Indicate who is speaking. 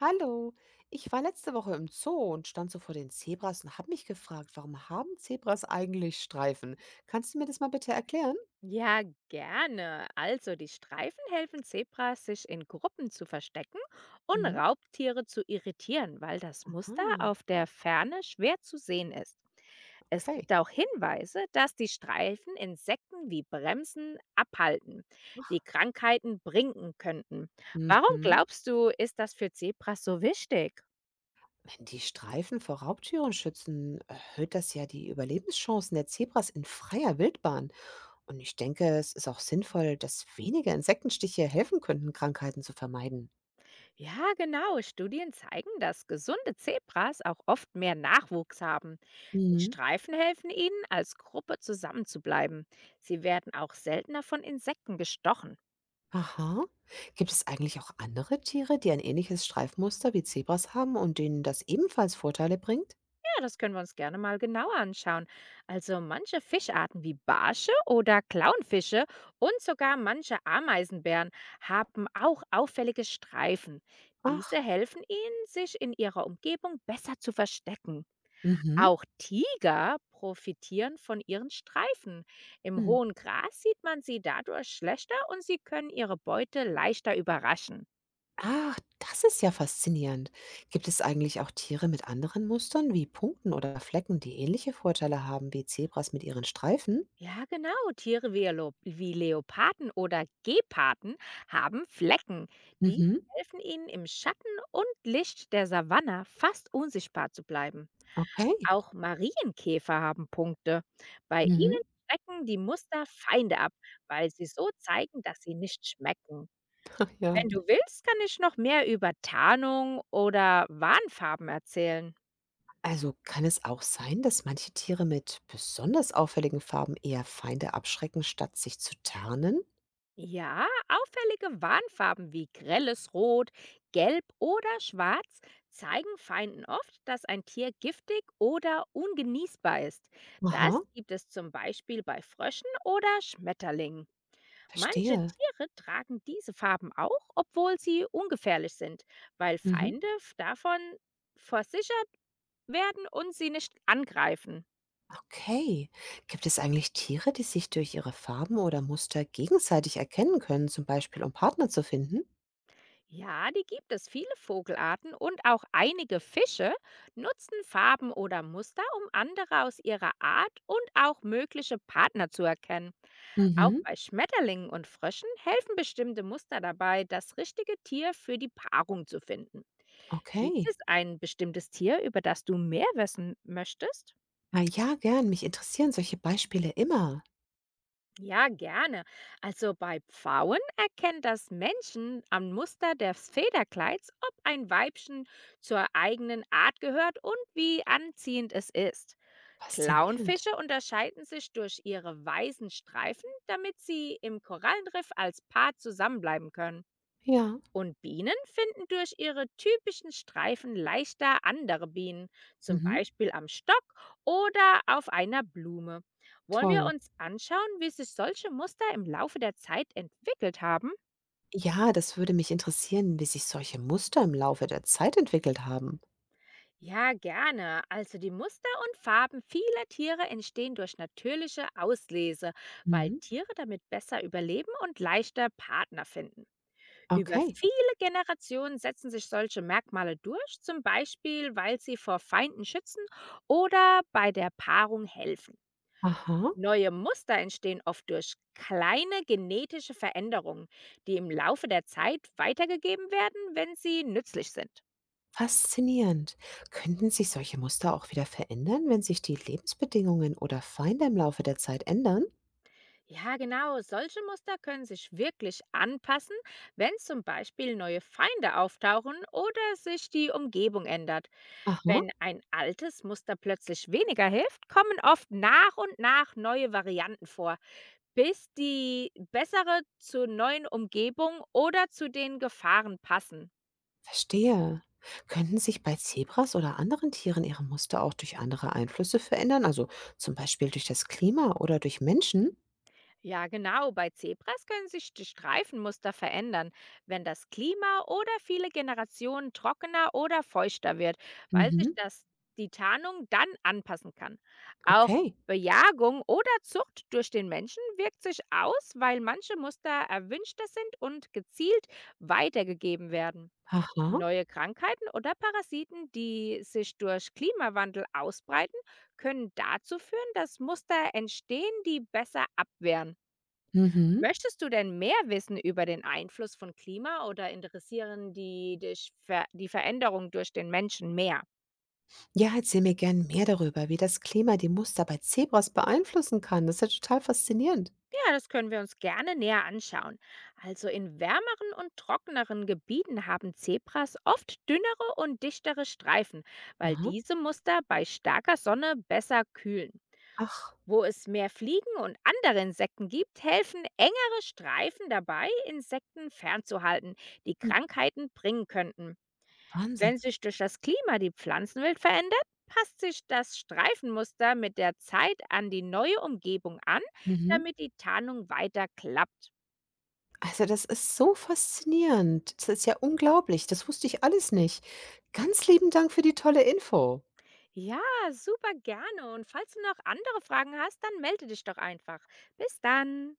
Speaker 1: Hallo, ich war letzte Woche im Zoo und stand so vor den Zebras und habe mich gefragt, warum haben Zebras eigentlich Streifen? Kannst du mir das mal bitte erklären?
Speaker 2: Ja, gerne. Also die Streifen helfen Zebras, sich in Gruppen zu verstecken und
Speaker 1: Mhm.
Speaker 2: Raubtiere zu irritieren, weil das Muster
Speaker 1: Ah,
Speaker 2: auf der Ferne schwer zu sehen ist. Es
Speaker 1: okay.
Speaker 2: gibt auch Hinweise, dass die Streifen Insekten wie Bremsen abhalten, die Krankheiten bringen könnten. Warum
Speaker 1: Mhm.
Speaker 2: glaubst du, ist das für Zebras so wichtig?
Speaker 1: Wenn die Streifen vor Raubtieren schützen, erhöht das ja die Überlebenschancen der Zebras in freier Wildbahn. Und ich denke, es ist auch sinnvoll, dass weniger Insektenstiche helfen könnten, Krankheiten zu vermeiden.
Speaker 2: Ja, genau. Studien zeigen, dass gesunde Zebras auch oft mehr Nachwuchs haben. Die
Speaker 1: Mhm.
Speaker 2: Streifen helfen ihnen, als Gruppe zusammenzubleiben. Sie werden auch seltener von Insekten gestochen.
Speaker 1: Aha. Gibt es eigentlich auch andere Tiere, die ein ähnliches Streifmuster wie Zebras haben und denen das ebenfalls Vorteile bringt?
Speaker 2: Ja, das können wir uns gerne mal genauer anschauen. Also manche Fischarten wie Barsche oder Clownfische und sogar manche Ameisenbären haben auch auffällige Streifen.
Speaker 1: Ach.
Speaker 2: Diese helfen ihnen, sich in ihrer Umgebung besser zu verstecken.
Speaker 1: Mhm.
Speaker 2: Auch Tiger profitieren von ihren Streifen. Im
Speaker 1: Hm.
Speaker 2: hohen Gras sieht man sie dadurch schlechter und sie können ihre Beute leichter überraschen.
Speaker 1: Ach, das ist ja faszinierend. Gibt es eigentlich auch Tiere mit anderen Mustern wie Punkten oder Flecken, die ähnliche Vorteile haben wie Zebras mit ihren Streifen?
Speaker 2: Ja, genau. Tiere wie, wie Leoparden oder Geparden haben Flecken. Die
Speaker 1: Mhm.
Speaker 2: helfen ihnen im Schatten und Licht der Savanne fast unsichtbar zu bleiben.
Speaker 1: Okay.
Speaker 2: Auch Marienkäfer haben Punkte. Bei
Speaker 1: Mhm.
Speaker 2: ihnen schrecken die Muster Feinde ab, weil sie so zeigen, dass sie nicht schmecken.
Speaker 1: Ja.
Speaker 2: Wenn du willst, kann ich noch mehr über Tarnung oder Warnfarben erzählen.
Speaker 1: Also kann es auch sein, dass manche Tiere mit besonders auffälligen Farben eher Feinde abschrecken, statt sich zu tarnen?
Speaker 2: Ja, auffällige Warnfarben wie grelles Rot, Gelb oder Schwarz zeigen Feinden oft, dass ein Tier giftig oder ungenießbar ist. Das
Speaker 1: Aha,
Speaker 2: gibt es zum Beispiel bei Fröschen oder Schmetterlingen. Manche
Speaker 1: verstehe.
Speaker 2: Tiere tragen diese Farben auch, obwohl sie ungefährlich sind, weil
Speaker 1: Mhm.
Speaker 2: Feinde davon versichert werden und sie nicht angreifen.
Speaker 1: Okay. Gibt es eigentlich Tiere, die sich durch ihre Farben oder Muster gegenseitig erkennen können, zum Beispiel um Partner zu finden?
Speaker 2: Ja, die gibt es. Viele Vogelarten und auch einige Fische nutzen Farben oder Muster, um andere aus ihrer Art und auch mögliche Partner zu erkennen. Auch
Speaker 1: Mhm.
Speaker 2: bei Schmetterlingen und Fröschen helfen bestimmte Muster dabei, das richtige Tier für die Paarung zu finden. Gibt
Speaker 1: Okay.
Speaker 2: es ein bestimmtes Tier, über das du mehr wissen möchtest?
Speaker 1: Ah, ja, gern. Mich interessieren solche Beispiele immer.
Speaker 2: Ja, gerne. Also bei Pfauen erkennt das Männchen am Muster des Federkleids, ob ein Weibchen zur eigenen Art gehört und wie anziehend es ist.
Speaker 1: Faszinierend.
Speaker 2: Clownfische unterscheiden sich durch ihre weißen Streifen, damit sie im Korallenriff als Paar zusammenbleiben können.
Speaker 1: Ja.
Speaker 2: Und Bienen finden durch ihre typischen Streifen leichter andere Bienen, zum
Speaker 1: Mhm.
Speaker 2: Beispiel am Stock oder auf einer Blume. Wollen wir
Speaker 1: Toll.
Speaker 2: uns anschauen, wie sich solche Muster im Laufe der Zeit entwickelt haben?
Speaker 1: Ja, das würde mich interessieren, wie sich solche Muster im Laufe der Zeit entwickelt haben.
Speaker 2: Ja, gerne. Also die Muster und Farben vieler Tiere entstehen durch natürliche Auslese, weil
Speaker 1: Mhm.
Speaker 2: Tiere damit besser überleben und leichter Partner finden. Über
Speaker 1: Okay.
Speaker 2: viele Generationen setzen sich solche Merkmale durch, zum Beispiel weil sie vor Feinden schützen oder bei der Paarung helfen.
Speaker 1: Aha.
Speaker 2: Neue Muster entstehen oft durch kleine genetische Veränderungen, die im Laufe der Zeit weitergegeben werden, wenn sie nützlich sind.
Speaker 1: Faszinierend. Könnten sich solche Muster auch wieder verändern, wenn sich die Lebensbedingungen oder Feinde im Laufe der Zeit ändern?
Speaker 2: Ja, genau, solche Muster können sich wirklich anpassen, wenn zum Beispiel neue Feinde auftauchen oder sich die Umgebung ändert.
Speaker 1: Aha.
Speaker 2: Wenn ein altes Muster plötzlich weniger hilft, kommen oft nach und nach neue Varianten vor, bis die bessere zur neuen Umgebung oder zu den Gefahren passen.
Speaker 1: Verstehe. Könnten sich bei Zebras oder anderen Tieren ihre Muster auch durch andere Einflüsse verändern, also zum Beispiel durch das Klima oder durch Menschen?
Speaker 2: Ja, genau. Bei Zebras können sich die Streifenmuster verändern, wenn das Klima oder viele Generationen trockener oder feuchter wird, weil sich
Speaker 1: Mhm.
Speaker 2: das, die Tarnung dann anpassen kann. Auch
Speaker 1: Okay.
Speaker 2: Bejagung oder Zucht durch den Menschen wirkt sich aus, weil manche Muster erwünschter sind und gezielt weitergegeben werden.
Speaker 1: Aha.
Speaker 2: Neue Krankheiten oder Parasiten, die sich durch Klimawandel ausbreiten, können dazu führen, dass Muster entstehen, die besser abwehren.
Speaker 1: Mhm.
Speaker 2: Möchtest du denn mehr wissen über den Einfluss von Klima oder interessieren die dich Ver die Veränderung durch den Menschen mehr?
Speaker 1: Ja, erzähl mir gern mehr darüber, wie das Klima die Muster bei Zebras beeinflussen kann. Das ist ja total faszinierend.
Speaker 2: Ja, das können wir uns gerne näher anschauen. Also in wärmeren und trockeneren Gebieten haben Zebras oft dünnere und dichtere Streifen, weil
Speaker 1: Aha.
Speaker 2: diese Muster bei starker Sonne besser kühlen.
Speaker 1: Ach,
Speaker 2: Wo es mehr Fliegen und andere Insekten gibt, helfen engere Streifen dabei, Insekten fernzuhalten, die
Speaker 1: hm,
Speaker 2: Krankheiten bringen könnten.
Speaker 1: Wahnsinn.
Speaker 2: Wenn sich durch das Klima die Pflanzenwelt verändert, passt sich das Streifenmuster mit der Zeit an die neue Umgebung an,
Speaker 1: Mhm.
Speaker 2: damit die Tarnung weiter klappt.
Speaker 1: Also das ist so faszinierend. Das ist ja unglaublich. Das wusste ich alles nicht. Ganz lieben Dank für die tolle Info.
Speaker 2: Ja, super gerne. Und falls du noch andere Fragen hast, dann melde dich doch einfach. Bis dann.